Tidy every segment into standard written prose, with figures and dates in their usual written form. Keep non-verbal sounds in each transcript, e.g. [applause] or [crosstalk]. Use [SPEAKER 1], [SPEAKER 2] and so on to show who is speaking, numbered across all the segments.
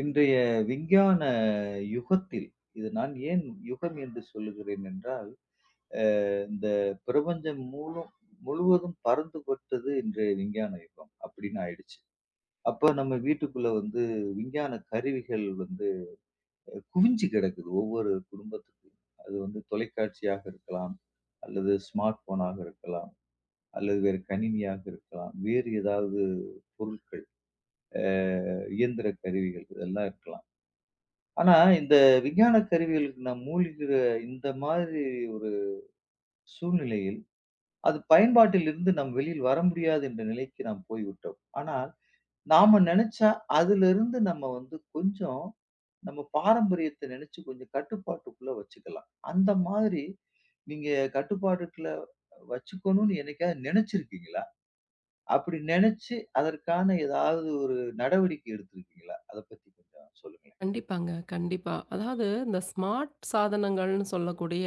[SPEAKER 1] இன்றைய விஞ்ஞான யுகத்தில் இது நான் ஏன் யுகம் என்று சொல்லுகிறேன் என்றால், அ இந்த பிரபஞ்சம் மூலும் முழுவதும் பறந்து பட்டது இன்றைய விஞ்ஞான யுகம் அப்படின்னு ஆயிடுச்சு. அப்ப நம்ம வீட்டுக்குள்ள வந்து விஞ்ஞான கருவிகள் வந்து குவிஞ்சு கிடக்குது ஒவ்வொரு குடும்பத்துக்கும். அது வந்து தொலைக்காட்சியாக இருக்கலாம், அல்லது ஸ்மார்ட் போனாக இருக்கலாம், அல்லது வேறு கணினியாக இருக்கலாம், வேறு ஏதாவது பொருட்கள், அ இயந்திர கருவிகள் இதெல்லாம் இருக்கலாம். ஆனா, இந்த விஞ்ஞான கருவிகளுக்கு நாம் மூழ்கிற இந்த மாதிரி ஒரு சூழ்நிலையில், அது பயன்பாட்டிலிருந்து நாம் வெளியில் வர முடியாது என்ற நிலைக்கு நாம் போய்விட்டோம். ஆனால், நாம நெனச்சா அதிலிருந்து நம்ம வந்து கொஞ்சம் நம்ம பாரம்பரியத்த நெனச்சு கொஞ்சம் கட்டுப்பாட்டுக்குள்ள வச்சுக்கலாம். அந்த மாதிரி நீங்க கட்டுப்பாட்டுக்குள்ள வச்சுக்கணும்னு என்னைக்காவது நெனச்சிருக்கீங்களா? அப்படி நெனச்சு அதற்கான ஏதாவது ஒரு நடவடிக்கை எடுத்திருக்கீங்களா? அத பத்தி கொஞ்சம் சொல்லுங்களேன்.
[SPEAKER 2] கண்டிப்பாங்க, கண்டிப்பா. அதாவது இந்த ஸ்மார்ட் சாதனங்கள்னு சொல்லக்கூடிய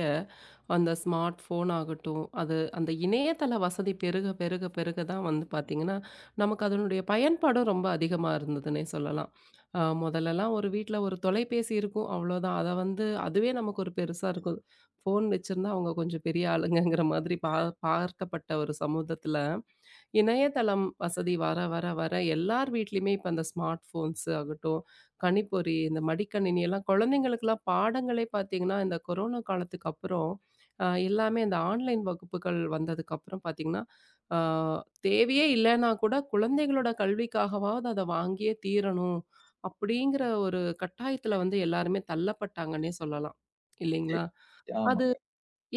[SPEAKER 2] அந்த ஸ்மார்ட் ஃபோன் ஆகட்டும், அது அந்த இணையதள வசதி பெருக பெருக பெருக தான் வந்து பார்த்தீங்கன்னா, நமக்கு அதனுடைய பயன்பாடும் ரொம்ப அதிகமா இருந்ததுன்னே சொல்லலாம். முதல்லலாம் ஒரு வீட்ல ஒரு தொலைபேசி இருக்கும் அவ்வளோதான். அத வந்து அதுவே நமக்கு ஒரு பெருசா இருக்கும். ஃபோன் வச்சிருந்தா அவங்க கொஞ்சம் பெரிய ஆளுங்கங்கிற மாதிரி பார்க்கப்பட்ட ஒரு சமூகத்தில இணையதளம் வசதி வர வர வர எல்லார் வீட்லயுமே இப்ப அந்த ஸ்மார்ட் போன்ஸ் ஆகட்டும், கணிப்பொறி, இந்த மடிக்கணினி எல்லாம் குழந்தைங்களுக்கெல்லாம் பாடங்களே பார்த்தீங்கன்னா, இந்த கொரோனா காலத்துக்கு அப்புறம் எல்லாமே இந்த ஆன்லைன் வகுப்புகள் வந்ததுக்கு அப்புறம் பார்த்தீங்கன்னா, ஆ தேவையே இல்லன்னா கூட குழந்தைகளோட கல்விக்காகவாவது அத வாங்கியே தீரணும். அப்படிங்கிற ஒரு கட்டாயத்துல வந்து எல்லாருமே தள்ளப்பட்டாங்கன்னே சொல்லலாம்.
[SPEAKER 1] சரி.
[SPEAKER 2] இல்லைங்களா? அது
[SPEAKER 1] ஆமாங்க.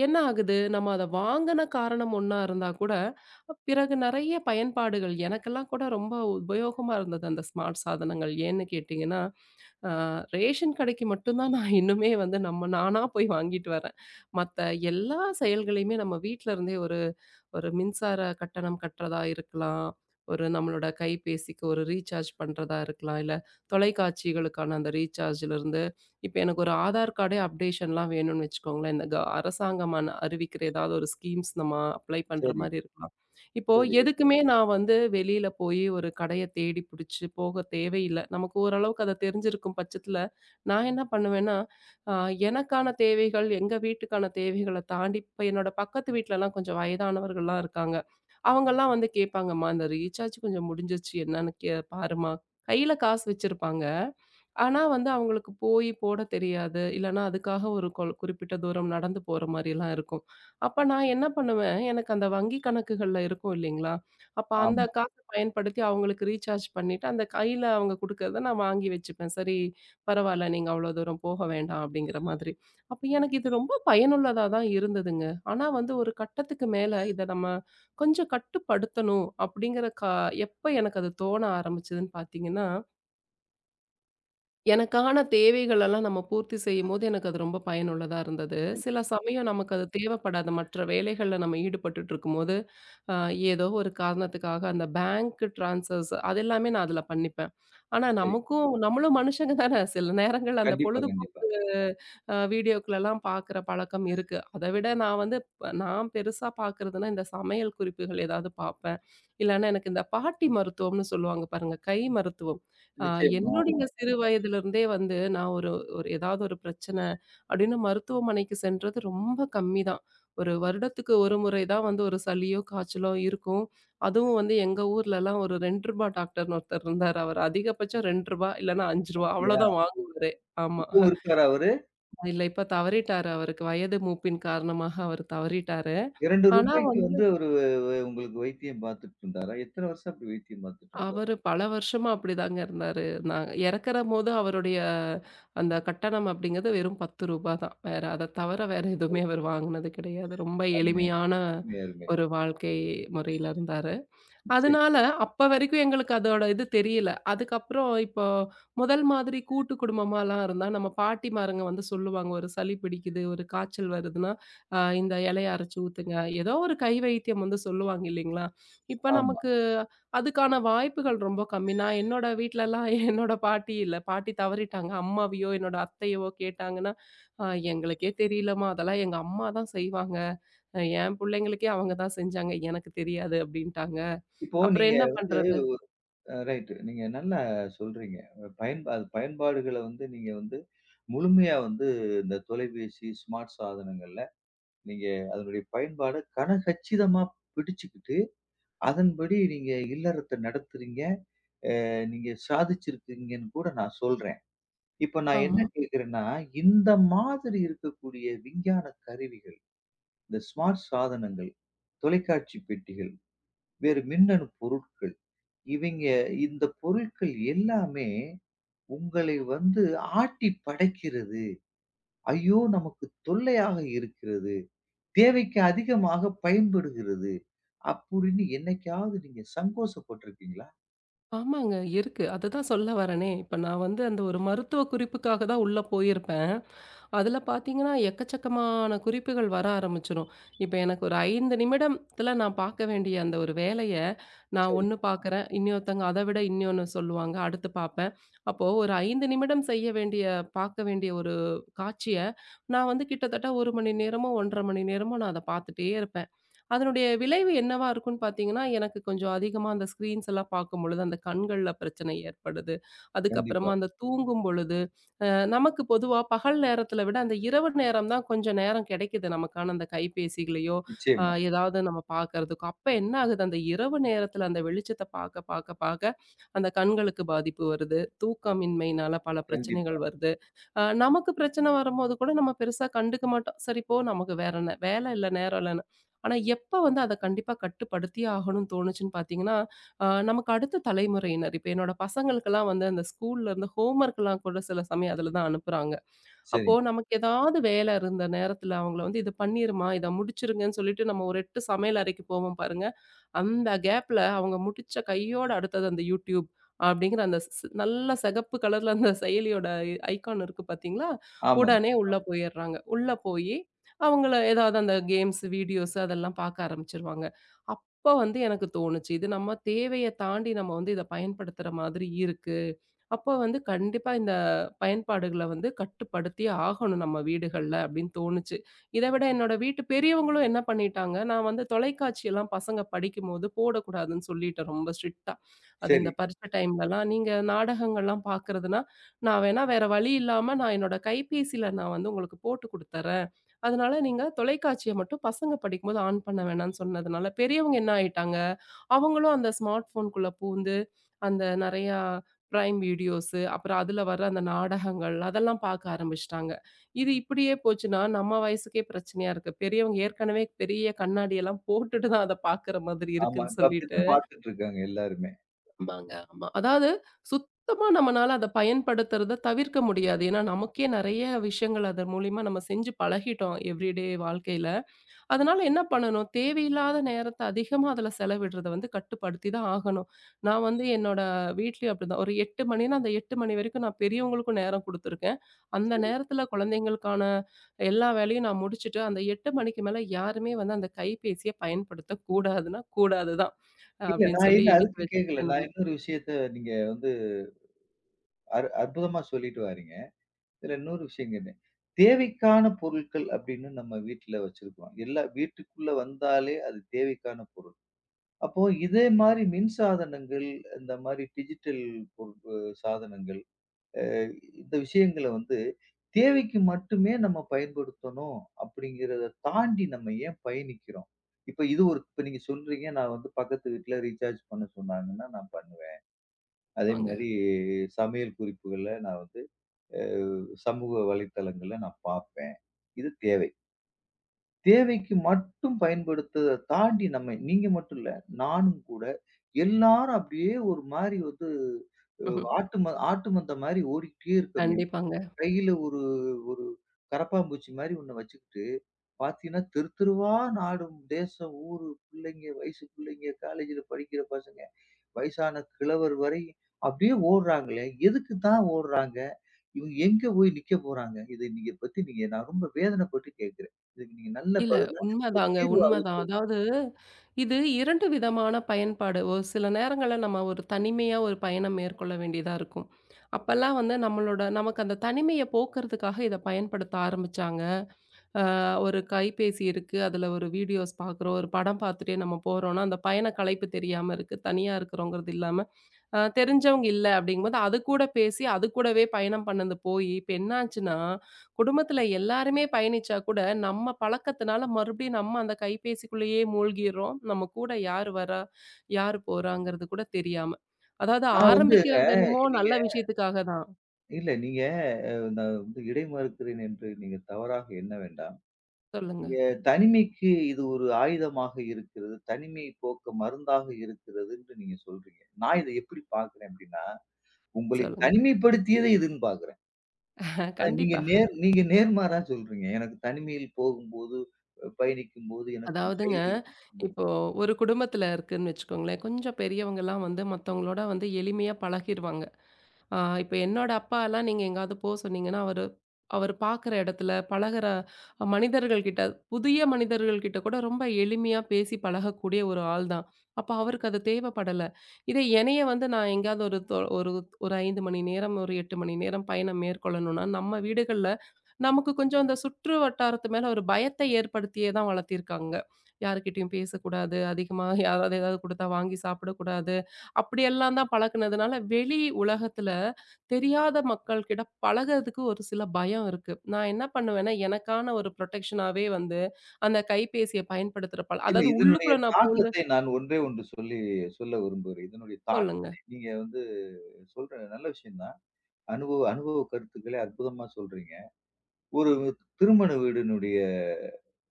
[SPEAKER 2] என்ன ஆகுது, நம்ம அத வாங்குன காரணம் ஒண்ணா இருந்தா கூட, பிறகு நெறைய பயன்பாடுகள் எனக்கெல்லாம் கூட ரொம்ப உபயோகமா இருந்தது அந்த ஸ்மார்ட் சாதனங்கள். ஏன்னு கேட்டீங்கன்னா, அ ரேஷன் கடைக்கு மட்டும் தான் நான் இன்னுமே வந்து நம்ம நானா போய் வாங்கிட்டு வரேன். மத்த எல்லா செயல்களையுமே நம்ம வீட்ல இருந்தே ஒரு ஒரு மின்சார கட்டணம் கட்டுறதா இருக்கலாம், ஒரு நம்மளோட கைபேசிக்கு ஒரு ரீசார்ஜ் பண்றதா இருக்கலாம், இல்ல தொலைக்காட்சிகளுக்கான அந்த ரீசார்ஜ்லருந்து இப்ப எனக்கு ஒரு ஆதார் கார்டே அப்டேஷன்லாம் வேணும்னு வச்சுக்கோங்களேன். இந்த அரசாங்கமான அறிவிக்கிற ஏதாவது ஒரு ஸ்கீம்ஸ் நம்ம அப்ளை பண்ற
[SPEAKER 1] சரி,
[SPEAKER 2] மாரி இருக்கலாம். இப்போ
[SPEAKER 1] சரி.
[SPEAKER 2] எதுக்குமே நான் வந்து வெளியில போய் ஒரு கடைய தேடி புடிச்சு போக தேவையில்ல. நமக்கு ஓரளவுக்கு அது தெரிஞ்சிருக்கும் பட்சத்துல, நான் என்ன பண்ணுவேன்னா, அ எனக்கான தேவைகள், எங்க வீட்டுக்கான தேவைகள தாண்டி இப்ப என்னோட பக்கத்து வீட்லலாம் கொஞ்சம் வயதானவர்கள்லாம் இருக்காங்க. அவங்கலாம் வந்து கேட்பாங்கம்மா, "இந்த ரீசார்ஜ் கொஞ்சம் முடிஞ்சிருச்சு என்னன்னு பாரும்மா." கையில காசு வச்சிருப்பாங்க. ஆனா வந்து அவங்களுக்கு போய் போட தெரியாது. இல்லன்னா அதுக்காக ஒரு குறிப்பிட்ட தூரம் நடந்து போற மாரிலாம் இருக்கும். அப்ப நான் என்ன பண்ணுவேன், எனக்கு அந்த வங்கி கணக்குகள்ல இருக்கும் இல்லைங்களா? அப்ப அந்த
[SPEAKER 1] ஆமா.
[SPEAKER 2] காச பயன்படுத்தி அவங்களுக்கு ரீசார்ஜ் பண்ணிட்டு, அந்த கையில அவங்க குடுக்கறத நான் வாங்கி வச்சுப்பேன். சரி பரவால்ல, நீங்க அவ்வளோ தூரம் போக வேண்டாம் அப்படிங்கிற மாதிரி. அப்ப எனக்கு இது ரொம்ப பயனுள்ளதா தான் இருந்ததுங்க. ஆனா வந்து ஒரு கட்டத்துக்கு மேல இத நம்ம கொஞ்சம் கட்டுப்படுத்தணும் அப்படிங்கிற எப்ப எனக்கு அது தோண ஆரம்பிச்சதுன்னு பார்த்தீங்கன்னா, எனக்கான தேவைகளெல்லாம் நம்ம பூர்த்தி செய்யும்போது, எனக்கு அது ரொம்ப பயனுள்ளதா இருந்தது.
[SPEAKER 1] சரி,
[SPEAKER 2] சில சமயம்
[SPEAKER 1] சரி,
[SPEAKER 2] நமக்கு அது தேவைப்படாத மற்ற வேலைகள்ல நம்ம ஈடுபட்டுட்ருக்கும்போது, அ ஏதோ ஒரு காரணத்துக்காக அந்த பேங்க் ட்ரான்ஸ்ஃபர்ஸ் அது எல்லாமே நான் அதுல பண்ணிப்பேன். ஆனா
[SPEAKER 1] சரி.
[SPEAKER 2] நமக்கும் நம்மளும் மனுஷங்க தானே! சில நேரங்கள்ல அந்த
[SPEAKER 1] கண்டிப்பா,
[SPEAKER 2] பொழுது
[SPEAKER 1] கண்டிப்பா.
[SPEAKER 2] வீடியோக்களலாம் பார்க்குற பழக்கம் இருக்கு. அத விட நான் வந்து நான் பெருசா பார்க்குறதுன்னா, இந்த சமையல் குறிப்புகள் ஏதாவது பார்ப்பேன். இல்லன்னா எனக்கு இந்த பாட்டி மருத்துவம்னு சொல்லுவாங்க பாருங்க, கை மருத்துவம். அ
[SPEAKER 1] நிச்சயமா, ஆமா.
[SPEAKER 2] என்னுடைய சிறு வயதிலிருந்தே வந்து நான் ஒரு ஒரு ஏதாவது ஒரு பிரச்சனை அப்படின்னு மருத்துவமனைக்கு சென்றது ரொம்ப கம்மி தான். ஒரு வருடத்துக்கு ஒரு முறை தான் வந்து ஒரு சளியோ, காய்ச்சலோ இருக்கும். அதுவும் வந்து எங்க ஊர்லலாம் ஒரு ரூ. 2 டாக்டர்ன்னு ஒருத்தர் இருந்தாரு. அவர் அதிகபட்சம் ரூ. 2 இல்லன்னா ரூ. 5
[SPEAKER 1] அப்படியா?
[SPEAKER 2] அவ்வளோதான் வாங்குவாரு. ஆமா.
[SPEAKER 1] இப்பவும் இருக்காரா அவரு?
[SPEAKER 2] இல்ல இப்ப தவறிட்டாரு. அவருக்கு வயது மூப்பின் காரணமாக அவர் தவறிட்டாரு.
[SPEAKER 1] ரூ.
[SPEAKER 2] ஆனா
[SPEAKER 1] 2க்கு வந்து அவரு உங்களுக்கு வைத்தியம் பார்த்துட்டு இருந்தாரா? எத்தன வருஷம் அப்படி வைத்தியம் பார்த்துட்டு இருந்தாரு?
[SPEAKER 2] அவரு பல வருஷமா அப்படிதாங்க இருந்தாரு. நான் இறக்கறபோது அவருடைய அந்த கட்டணம் அப்படிங்கிறது வெறும் ரூ. 10 தான். வேற அத தவிர வேற
[SPEAKER 1] ஓ!
[SPEAKER 2] எதுவுமே அவர் வாங்குனது கிடையாது. ரொம்ப
[SPEAKER 1] அருமை, அருமை.
[SPEAKER 2] எளிமையான
[SPEAKER 1] அருமை, அருமை.
[SPEAKER 2] ஒரு வாழ்க்கை முறையில இருந்தாரு.
[SPEAKER 1] சரி,
[SPEAKER 2] அதனால
[SPEAKER 1] சரி.
[SPEAKER 2] அப்ப வரைக்கும் எங்களுக்கு அதோட இது தெரியல. அதுக்கப்புறம் இப்போ முதல் மாதிரி கூட்டு குடும்பமாலாம் இருந்தா, நம்ம பாட்டிமாருங்க வந்து சொல்லுவாங்க, ஒரு சளி பிடிக்குது, ஒரு காய்ச்சல் வருதுன்னா, இந்த இலைய அரைச்சு ஊத்துங்க. ஏதோ ஒரு கை வைத்தியம் வந்து சொல்லுவாங்க இல்லைங்களா? இப்ப
[SPEAKER 1] ஆமா.
[SPEAKER 2] நமக்கு அதுக்கான வாய்ப்புகள் ரொம்ப கம்மி. நான் என்னோட வீட்லலாம் [laughs] என்னோட பாட்டி இல்ல. பாட்டி தவறிட்டாங்க. அம்மாவையோ, என்னோட அத்தையவோ கேட்டாங்கன்னா, "அ எங்களுக்கே தெரியலம்மா. அதெல்லாம் எங்க அம்மா தான் செய்வாங்க. என் பிள்ளைங்களுக்கே அவங்க தான் செஞ்சாங்க. எனக்கு தெரியாது" அப்படின்ட்டாங்க.
[SPEAKER 1] இப்போ
[SPEAKER 2] அப்புறம்
[SPEAKER 1] நீங்க
[SPEAKER 2] என்ன
[SPEAKER 1] வந்து
[SPEAKER 2] பண்றது?
[SPEAKER 1] ரைட். நீங்க நல்லா சொல்றீங்க. அது பயன்பாடுகள வந்து நீங்க வந்து முழுமையா வந்து இந்த தொலைபேசி, ஸ்மார்ட் சாதனங்கள்ல நீங்க அதனுடைய பயன்பாட கனகச்சிதமா பிடிச்சுக்கிட்டு, அதன்படி நீங்க இல்லறத்த நடத்துறீங்க. நீங்க சாதிச்சிருக்கீங்கன்னு கூட நான் சொல்றேன். இப்ப நான் என்ன
[SPEAKER 2] ஆமா.
[SPEAKER 1] கேட்கிறேன்னா, இந்த மாதிரி இருக்கக்கூடிய விஞ்ஞான கருவிகள், இந்த ஸ்மார்ட் சாதனங்கள், தொலைக்காட்சி பெட்டிகள், வேறு மின்னணு பொருட்கள், இவைங்க இந்த பொருட்கள் எல்லாமே உங்களை வந்து ஆட்டி படைக்கிறது. ஐயோ! நமக்கு தொல்லையாக இருக்கிறது. தேவைக்கு அதிகமாக பயன்படுகிறது. அப்படின்னு என்னைக்காவது நீங்க சங்கோஷப்பட்டுருக்கீங்களா?
[SPEAKER 2] ஆமாங்க இருக்கு. அதுதான் சொல்ல வரேனே. இப்ப நான் வந்து அந்த ஒரு மருத்துவ குறிப்புக்காக தான் உள்ள போயிருப்பேன். அதுல பார்த்தீங்கன்னா, எக்கச்சக்கமான குறிப்புகள் வர ஆரம்பிச்சுரும். இப்ப எனக்கு ஒரு 5 நிமிடத்துல நான் பார்க்க வேண்டிய அந்த ஒரு வேலைய, நான்
[SPEAKER 1] சரி.
[SPEAKER 2] ஒண்ணு பார்க்குறேன். இன்னொருத்தங்க அத விட இன்னொன்னு சொல்லுவாங்க. அடுத்து பார்ப்பேன். அப்போ ஒரு 5 நிமிடம் செய்ய வேண்டிய பார்க்க வேண்டிய ஒரு காட்சிய, நான் வந்து கிட்டத்தட்ட 1 மணி நேரமோ, 1 1/2 மணி நேரமோ நான் அத பார்த்துட்டே இருப்பேன். அதனுடைய விளைவு என்னவா இருக்கும்ன்னு பார்த்தீங்கன்னா, எனக்கு கொஞ்சம் அதிகமா அந்த ஸ்க்ரீன்ஸ் எல்லாம் பார்க்கும்பொழுது, அந்த கண்கள்ல பிரச்சனை ஏற்படுது.
[SPEAKER 1] கண்டிப்பா.
[SPEAKER 2] அதுக்கப்புறமா அந்த தூங்கும் பொழுது, அ நமக்கு பொதுவா பகல் நேரத்தில விட அந்த இரவு நேரம் தான் கொஞ்சம் நேரம் கிடைக்குது நமக்கான அந்த கைபேசிகளையோ, அ
[SPEAKER 1] நிச்சயமா.
[SPEAKER 2] ஏதாவது நம்ம பார்க்கறதுக்கோ. அப்ப என்ன ஆகுது, அந்த இரவு நேரத்தில அந்த வெளிச்சத்த பார்க்க, பார்க்க, பார்க்க அந்த கண்களுக்கு பாதிப்பு வருது. தூக்கமின்மையினால பல
[SPEAKER 1] கண்டிப்பா.
[SPEAKER 2] பிரச்சனைகள் வருது. நமக்கு பிரச்சனை வரும்போது கூட நம்ம பெருசா கண்டுக்க மாட்டோம். சரி போ நமக்கு வேற என்ன வேலை இல்ல, நேரம் இல்லன்னு. ஆனா எப்ப வந்து அத கண்டிப்பா கட்டுப்படுத்தியே ஆகணும்னு தோணுச்சுன்னு பார்த்தீங்கன்னா, நமக்கு அடுத்த தலைமுறையினர், இப்ப என்னோட பசங்களுக்கெல்லாம் வந்து அந்த ஸ்கூல்ல இருந்து ஹோம்வொர்க்லாம் கூட சில சமயம் அதுல தான் அனுப்புறாங்க. அப்போ
[SPEAKER 1] சரிங்க.
[SPEAKER 2] நமக்கு ஏதாவது வேலை இருந்த நேரத்துல அவங்கள வந்து "இத பண்ணிருமா, இத முடிச்சிருங்கன்னு" சொல்லிட்டு நம்ம ஒரு எட்டு சமையல் அறைக்கு போவோம் பாருங்க. அந்த கேப்ல அவங்க முடிச்ச கையோட அடுத்தது அந்த YouTube அப்படிங்கிற அந்த நல்ல சிகப்பு கலர்ல அந்த செயலியோட ஐகான் இருக்கு பார்த்தீங்களா?
[SPEAKER 1] ஆமா.
[SPEAKER 2] உடனே உள்ள போயிடுறாங்க. உள்ள போயி அவங்கள ஏதாவது அந்த கேம்ஸ், வீடியோஸ் அதெல்லாம் பார்க்க ஆரம்பிச்சுருவாங்க. அப்ப வந்து எனக்கு தோணுச்சு, இது நம்ம தேவைய தாண்டி நம்ம வந்து இத பயன்படுத்துற மாதிரி இருக்கு. அப்போ வந்து கண்டிப்பா இந்த பயன்பாடுகள வந்து கட்டுப்படுத்தியே ஆகணும் நம்ம வீடுகள்ல அப்படின்னு தோணுச்சு. இத விட என்னோட வீட்டு பெரியவங்களும் என்ன பண்ணிட்டாங்க, நான் வந்து தொலைக்காட்சியெல்லாம் பசங்க படிக்கும்போது போடக்கூடாதுன்னு சொல்லிட்டேன் ரொம்ப ஸ்ட்ரிக்ட்டா. அது
[SPEAKER 1] சரி.
[SPEAKER 2] இந்த பரீட்சை டைம்லலாம் நீங்க நாடகங்கள்லாம் பார்க்குறதுன்னா, நான் வேணா வேற வழி இல்லாம நான் என்னோட கைபேசியில நான் வந்து உங்களுக்கு போட்டு குடுத்துர்றேன். அதனால நீங்க தொலைக்காட்சிய மட்டும் பசங்க படிக்கும்போது ஆன் பண்ண வேணாம்னு சொன்னதுனால, பெரியவங்க என்ன ஆயிட்டாங்க, அவங்களும் அந்த ஸ்மார்ட் ஃபோனுக்குள்ள பூந்து அந்த நெறையா பிரைம் வீடியோஸு, அப்புறம் அதுல வர அந்த நாடகங்கள் அதெல்லாம் பார்க்க ஆரம்பிச்சுட்டாங்க. இது இப்படியே போச்சுன்னா, நம்ம வயசுக்கே பிரச்சனையா இருக்கு. பெரியவங்க ஏற்கனவே பெரிய கண்ணாடியெல்லாம் போட்டுட்டு தான் அத பார்க்குற மாதிரி
[SPEAKER 1] ஆமா.
[SPEAKER 2] இருக்குன்னு
[SPEAKER 1] இப்ப
[SPEAKER 2] சொல்லிட்டு
[SPEAKER 1] அப்படித்தான் பார்த்துட்டு இருக்காங்க எல்லாருமே.
[SPEAKER 2] ஆமாங்க, ஆமா. அதாவது சுத்தமா நம்மனால அத பயன்படுத்துறத தவிர்க்க முடியாது. ஏன்னா, நமக்கே நெறைய விஷயங்கள் அதன் மூலியமா நம்ம செஞ்சு பழகிட்டோம் எவ்ரிடே வாழ்க்கையில. அதனால என்ன பண்ணணும்? தேவையில்லாத நேரத்த அதிகமா அதுல செலவிடுறத வந்து கட்டுப்படுத்தி தான் ஆகணும். நான் வந்து என்னோட வீட்லயும் அப்படிதான். ஒரு 8 மணின்னா, அந்த 8 மணி வரைக்கும் நான் பெரியவங்களுக்கும் நேரம் குடுத்துருக்கேன். அந்த
[SPEAKER 1] சரி.
[SPEAKER 2] நேரத்துல குழந்தைங்களுக்கான எல்லா வேலையும் நான் முடிச்சுட்டு, அந்த 8 மணிக்கு மேல யாருமே வந்து அந்த கைபேசிய பயன்படுத்தக்கூடாதுன்னா, கூடாது தான்
[SPEAKER 1] இல்ல
[SPEAKER 2] அப்படின்னு
[SPEAKER 1] நான்
[SPEAKER 2] சொல்லி
[SPEAKER 1] இல்ல
[SPEAKER 2] எடுத்து
[SPEAKER 1] அதுக்கு கேட்கல.
[SPEAKER 2] வச்சுட்டேன்
[SPEAKER 1] நான்
[SPEAKER 2] நானு.
[SPEAKER 1] இன்னொரு விஷயத்த நீங்க வந்து அற்புதமா சொல்லிட்டு வாரீங்க. இதுல இன்னொரு விஷயம் கேட்டேன். தேவைக்கான பொருட்கள் அப்படின்னு நம்ம வீட்ல வச்சிருக்கோம். எல்லா வீட்டுக்குள்ள வந்தாலே அது தேவைக்கான பொருள். அப்போ இதே மாரி மின் சாதனங்கள், இந்த மாரி டிஜிட்டல் பொருட் சாதனங்கள் அஹ் இந்த விஷயங்கள வந்து தேவைக்கு மட்டுமே நம்ம பயன்படுத்தணும் அப்படிங்கிறத தாண்டி நம்ம ஏன் பயணிக்கிறோம்? இப்ப இது ஒரு இப்ப நீங்க சொல்றீங்க, நான் வந்து பக்கத்து வீட்ல ரீசார்ஜ் பண்ண சொன்னாங்கன்னா நான் பண்ணுவேன். அதே
[SPEAKER 2] ஆமாங்க.
[SPEAKER 1] மாரி சமையல் குறிப்புகள நான் வந்து சமூக வலைத்தளங்கள்ல நான் பார்ப்பேன். இது தேவை. தேவைக்கு மட்டும் பயன்படுத்துறத தாண்டி நம்ம நீங்க மட்டும் இல்ல, நானும் கூட எல்லாரும் அப்படியே ஒரு மாரி வந்து அ ஆட்டு
[SPEAKER 2] [laughs]
[SPEAKER 1] ம ஆட்டு மந்த மாரி ஓடிக்கிட்டே இருக்கோமே!
[SPEAKER 2] கண்டிப்பாங்க.
[SPEAKER 1] கையில ஒரு ஒரு கரப்பான்பூச்சி மாரி ஒண்ண வச்சுக்கிட்டு, பார்த்தீங்கன்னா, தெரு தெருவா நாடும், தேசம், ஊரு, பிள்ளைங்க, வயசு பிள்ளைங்க, காலேஜ்ல படிக்கிற பசங்க, வயசான கிழவர் வரை அப்படியே ஓடுறாங்களே! எதுக்கு தான் ஓடுறாங்க? இவங்க எங்க போய் நிக்க போறாங்க? இத நீங்க பத்தி நீங்க நான் ரொம்ப வேதனைப்பட்டு கேட்கிறேன். இதுக்கு நீங்க நல்ல
[SPEAKER 2] இல்ல.
[SPEAKER 1] பதிலா ஒரு
[SPEAKER 2] உண்மதாங்க,
[SPEAKER 1] தீர்வா
[SPEAKER 2] உண்மதான். அதாவது இது 2 விதமான பயன்பாடு. ஒரு சில நேரங்கள்ல நம்ம ஒரு தனிமையா ஒரு பயணம் மேற்கொள்ள வேண்டியதா இருக்கும். அப்பல்லாம் வந்து நம்மளோட நமக்கு அந்த தனிமைய போக்குறதுக்காக இத பயன்படுத்த ஆரம்பிச்சாங்க. அ ஒரு கைபேசி இருக்கு. அதுல ஒரு வீடியோஸ் பார்க்குறோம். ஒரு படம் பார்த்துட்டே நம்ம போறோம்னா, அந்த பயண களைப்பு தெரியாம இருக்கு. தனியா இருக்கிறோங்கிறது இல்லாம, தெரிஞ்சவங்க இல்ல அப்படிங்கும்போது, அது கூட பேசி, அது கூடவே பயணம் பண்ணது போயி, இப்ப என்னாச்சுன்னா, குடும்பத்துல எல்லாருமே பயணிச்சா கூட, நம்ம பழக்கத்துனால மறுபடியும் நம்ம அந்த கைபேசிக்குள்ளேயே மூழ்கிறோம். நம்ம கூட யார் வரா? யார் போறாங்கிறது கூட தெரியாம. அதாவது
[SPEAKER 1] நான் வந்துங்க
[SPEAKER 2] ஆரம்பிக்கிறது என்னமோ
[SPEAKER 1] நீங்க
[SPEAKER 2] நல்ல விஷயத்துக்காக தான்.
[SPEAKER 1] இல்ல நீங்க அ நான் வந்து இடைமறுக்கிறேன் என்று நீங்க தவறாக எண்ண வேண்டாம்.
[SPEAKER 2] சொல்லுங்க,
[SPEAKER 1] தனிமைக்கு இது ஒரு ஆயுதமாக இருக்கிறது. தனிமையை போக்க மருந்தாக இருக்கிறதுன்னு நீங்க சொல்றீங்க. நான் இத எப்படி பார்க்கிறேன் அப்படின்னா, உங்களை
[SPEAKER 2] சொல்லுங்க.
[SPEAKER 1] தனிமைப்படுத்தியதே இதுன்னு பார்க்கிறேன். ஆனா
[SPEAKER 2] கண்டிப்பா.
[SPEAKER 1] நீங்க நேர்மாறா சொல்றீங்க. எனக்கு தனிமையில் போகும்போது, பயணிக்கும்போது எனக்கு
[SPEAKER 2] அதாவதுங்க,
[SPEAKER 1] கையில ம்.
[SPEAKER 2] இப்போ ஒரு குடும்பத்துல இருக்குன்னு வச்சுக்கோங்களேன், கொஞ்சம் பெரியவங்கலாம் வந்து மத்தவங்களோட வந்து எளிமையா பழகிருவாங்க. ஆ இப்ப என்னோட அப்பாலாம் நீங்க எங்கேயாவது போ சொன்னீங்கன்னா, அவரு அவரு பார்க்குற இடத்துல, பழகுற மனிதர்கள் கிட்ட, புதிய மனிதர்கள் கிட்ட கூட ரொம்ப எளிமையா பேசி பழகக்கூடிய ஒரு ஆள் தான். அப்ப அவருக்கு அது தேவைப்படல. இதே என்னைய வந்து நான் எங்கேயாவது ஒரு ஒரு ஒரு 5 மணி நேரம், ஒரு 8 மணி நேரம் பயணம் மேற்கொள்ளணும்னா, நம்ம வீடுகள்ல நமக்கு கொஞ்சம் அந்த சுற்று வட்டாரத்து மேல ஒரு பயத்தை ஏற்படுத்தியே தான் வளர்த்திருக்காங்க. யார்கிட்டயும் பேசக்கூடாது. அதிகமா யாராவது ஏதாவது குடுத்தா வாங்கி சாப்பிடக்கூடாது. அப்படியெல்லாம் தான் பழக்குனதுனால, வெளி உலகத்துல தெரியாத மக்கள் கிட்ட பழகுறதுக்கு ஒரு சில பயம் இருக்கு. நான் என்ன பண்ணுவேன்னா, எனக்கான ஒரு புரொடெக்ஷனாவே வந்து அந்த கைபேசிய பயன்படுத்துற பழ
[SPEAKER 1] இல்ல
[SPEAKER 2] அதாவது
[SPEAKER 1] இதனுடைய
[SPEAKER 2] உள்ளுக்குள்ள நான் பூந்து
[SPEAKER 1] தாக்கத்தை நான் ஒன்றே ஒன்று சொல்லி சொல்ல விரும்புகிறேன். இதனுடைய
[SPEAKER 2] சொல்லுங்க.
[SPEAKER 1] தாக்கத்தை நீங்க வந்து சொல்ற நல்ல விஷயம் தான். அனுபவ அனுபவ கருத்துக்களே அற்புதமா சொல்றீங்க. ஒரு திருமண வீடினுடைய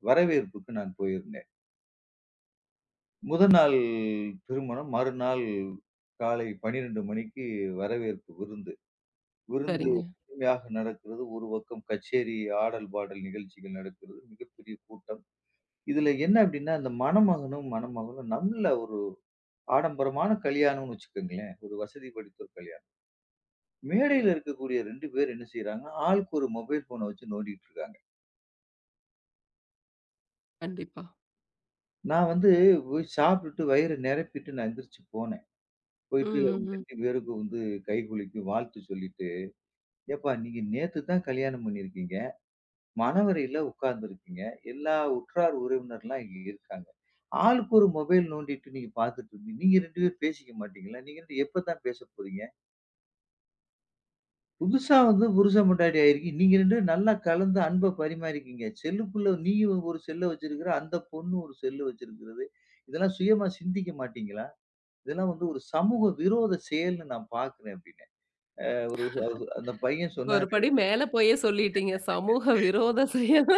[SPEAKER 1] வரவேற்புக்கு நான் போயிருந்தேன். முதல் நாள் திருமணம். மறுநாள் காலை 12 மணிக்கு வரவேற்பு விருந்து. விருந்து
[SPEAKER 2] சரிங்க.
[SPEAKER 1] அருமையாக நடக்கிறது. ஒரு பக்கம் கச்சேரி, ஆடல், பாடல் நிகழ்ச்சிகள் நடக்கிறது. மிகப்பெரிய கூட்டம். இதுல என்ன அப்டின்னா, அந்த மணமகனும், மணமகளும் நல்ல ஒரு ஆடம்பரமான கல்யாணம்னு வச்சுக்கோங்களேன். ஒரு வசதி படைத்தோர் கல்யாணம். மேடையில இருக்கக்கூடிய 2 பேர் என்ன செய்றாங்கன்னா, ஆளுக்கு ஒரு மொபைல் ஃபோன வச்சு நோண்டிட்டு இருக்காங்க.
[SPEAKER 2] கண்டிப்பா.
[SPEAKER 1] நான் வந்து போய் சாப்பிட்டுட்டு வயிறு நெரப்பிட்டு நான் எந்திரிச்சு போனேன்.
[SPEAKER 2] ம்,
[SPEAKER 1] போயிட்டு அவங்க
[SPEAKER 2] ம், ம்.
[SPEAKER 1] 2 பேருக்கும் வந்து கைகுலுக்கி வாழ்த்து சொல்லிட்டு ஏப்பா நீங்க நேத்து தான் கல்யாணம் பண்ணியிருக்கீங்க. மணவறையில உட்கார்ந்திருக்கீங்க. எல்லா உற்றார் உறவினர்லாம் இங்க இருக்காங்க. ஆளுக்கு ஒரு மொபைல் நோண்டிட்டு நீங்க பார்த்துட்டு இருந்தீங்க. நீங்க 2 பேரும் பேசிக்க மாட்டீங்களா? நீங்க 2 எப்ப தான் பேச போறீங்க? புதுசா வந்து புருஷன் பொண்டாட்டி ஆயிருக்கீங்க. நீங்க 2 பேரும் நல்லா கலந்து அன்ப பரிமாறிக்கீங்க. செல்லுக்குள்ள நீயும் ஒரு செல்ல வச்சிருக்கிற, அந்த பொண்ணு ஒரு செல்லு வச்சிருக்கிறது. இதெல்லாம் சுயமா சிந்திக்க மாட்டீங்களா? இதெல்லாம் வந்து ஒரு சமூக விரோத செயல்ன்னு நான் பார்க்கிறேன்" அப்டின்னேன். அந்த பையன்
[SPEAKER 2] ஒரு
[SPEAKER 1] சொன்னாரு
[SPEAKER 2] படி மேல போயே சொல்லிட்டீங்க. சமூக விரோத செயல்.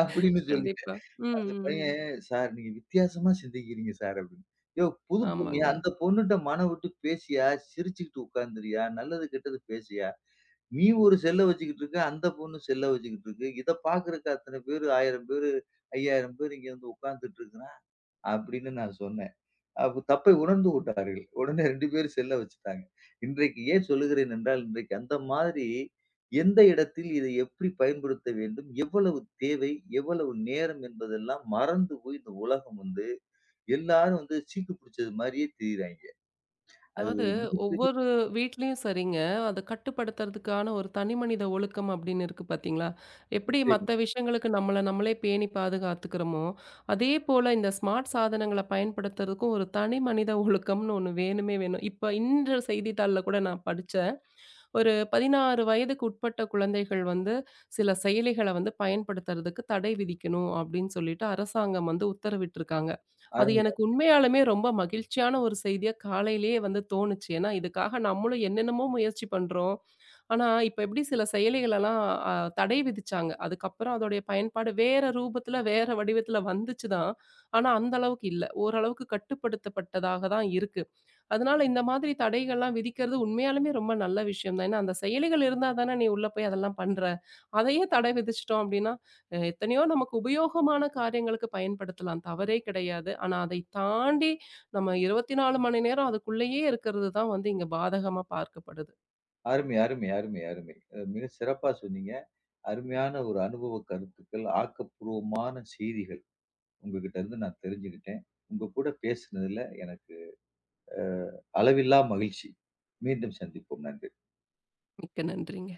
[SPEAKER 1] அப்படின்னு சொல்லி
[SPEAKER 2] கண்டிப்பா. ம்,
[SPEAKER 1] அந்த
[SPEAKER 2] ம், ம்.
[SPEAKER 1] பையன், "சார் நீங்க வித்தியாசமா சிந்திக்கிறீங்க சார்" அப்படின்னு. யோவ் புது பொண்ணுயா,
[SPEAKER 2] ஆமாங்க.
[SPEAKER 1] அந்த பொண்ணுட்ட மனம் விட்டு பேசியா, சிரிச்சுக்கிட்டு உட்கார்ந்துரியா, நல்லது கெட்டது பேசியா, நீ ஒரு செல்ல வச்சுக்கிட்டு இருக்க, அந்த பொண்ணு செல்ல வச்சுக்கிட்டு இருக்கு. இத பார்க்கறக்கு அத்தன பேரு 1000 பேரு, 5000 பேரு இங்க வந்து உட்கார்ந்துட்டு இருக்கிறான் அப்படின்னு நான் சொன்னேன். அப்ப தப்பை உணர்ந்து கொண்டார்கள். உடனே 2 பேரும் செல்ல வச்சுட்டாங்க. இன்றைக்கு ஏன் சொல்லுகிறேன் என்றால், இன்றைக்கு அந்த மாதிரி எந்த இடத்தில் இதை எப்படி பயன்படுத்த வேண்டும்? எவ்வளவு தேவை? எவ்வளவு நேரம்? என்பதெல்லாம் மறந்து போய் இந்த உலகம் வந்து எல்லாரும் வந்து சீக்கு பிடிச்சது மாரியே திரியிறாய்ங்க. அது
[SPEAKER 2] அதாவது
[SPEAKER 1] ஒரு மிகப்பெரிய
[SPEAKER 2] ஒவ்வொரு வீட்லயும் சரிங்க. அத கட்டுப்படுத்துறதுக்கான ஒரு தனி மனித ஒழுக்கம் அப்படின்னு இருக்கு பார்த்தீங்களா? எப்படி
[SPEAKER 1] நிச்சயம்.
[SPEAKER 2] மத்த விஷயங்களுக்கு நம்மள நம்மளே பேணி பாதுகாத்துக்கிறோமோ, அதே போல இந்த ஸ்மார்ட் சாதனங்கள பயன்படுத்துறதுக்கும் ஒரு தனி மனித ஒழுக்கம்னு ஒண்ணு வேணுமே வேணும். இப்ப இன்று செய்தித்தாள்ல கூட நான் படிச்ச ஒரு 16 வயதுக்கு உட்பட்ட குழந்தைகள் வந்து சில செயலிகள வந்து பயன்படுத்துறதுக்கு தடை விதிக்கணும் அப்படின்னு சொல்லிட்டு அரசாங்கம் வந்து உத்தரவிட்டிருக்காங்க. அது
[SPEAKER 1] அருமை,
[SPEAKER 2] எனக்கு உண்மையாலுமே ரொம்ப மகிழ்ச்சியான ஒரு செய்தியா காலையிலேயே வந்து தோணுச்சு. ஏன்னா இதுக்காக நம்மளும் என்னென்னமோ முயற்சி பண்றோம். ஆனா, இப்ப எப்படி சில செயலிகளெல்லாம் அ தடை விதிச்சாங்க. அதுக்கப்புறம் அதோடைய பயன்பாடு வேற ரூபத்துல, வேற வடிவத்துல வந்துச்சு தான். ஆனா, அந்த அளவுக்கு இல்ல. ஓரளவுக்கு கட்டுப்படுத்தப்பட்டதாக தான் இருக்கு. அதனால இந்த மாதிரி தடைகள்லாம் விதிக்கிறது உண்மையாலுமே ரொம்ப நல்ல விஷயம் தான். ஏன்னா, அந்த செயலிகள் இருந்தா தானே நீ உள்ள போய் அதெல்லாம் பண்ற. அதையே தடை விதிச்சுட்டோம் அப்டின்னா, எத்தனையோ நமக்கு உபயோகமான காரியங்களுக்கு பயன்படுத்தலாம். தவறே கிடையாது. ஆனா, அதை தாண்டி நம்ம 24 மணி நேரம் அதுக்குள்ளேயே இருக்கிறது தான் வந்து இங்க பாதகமா பார்க்கப்படுது.
[SPEAKER 1] அருமை, அருமை, அருமை, அருமை. மிக சிறப்பா சொன்னீங்க. அருமையான ஒரு அனுபவ கருத்துக்கள், ஆக்கப்பூர்வமான செய்திகள் உங்ககிட்ட இருந்து நான் தெரிஞ்சுக்கிட்டேன். உங்க கூட பேசுனதுல எனக்கு அ அளவில்லா மகிழ்ச்சி. மீண்டும் சந்திப்போம். நன்றி.
[SPEAKER 2] மிக்க நன்றிங்க.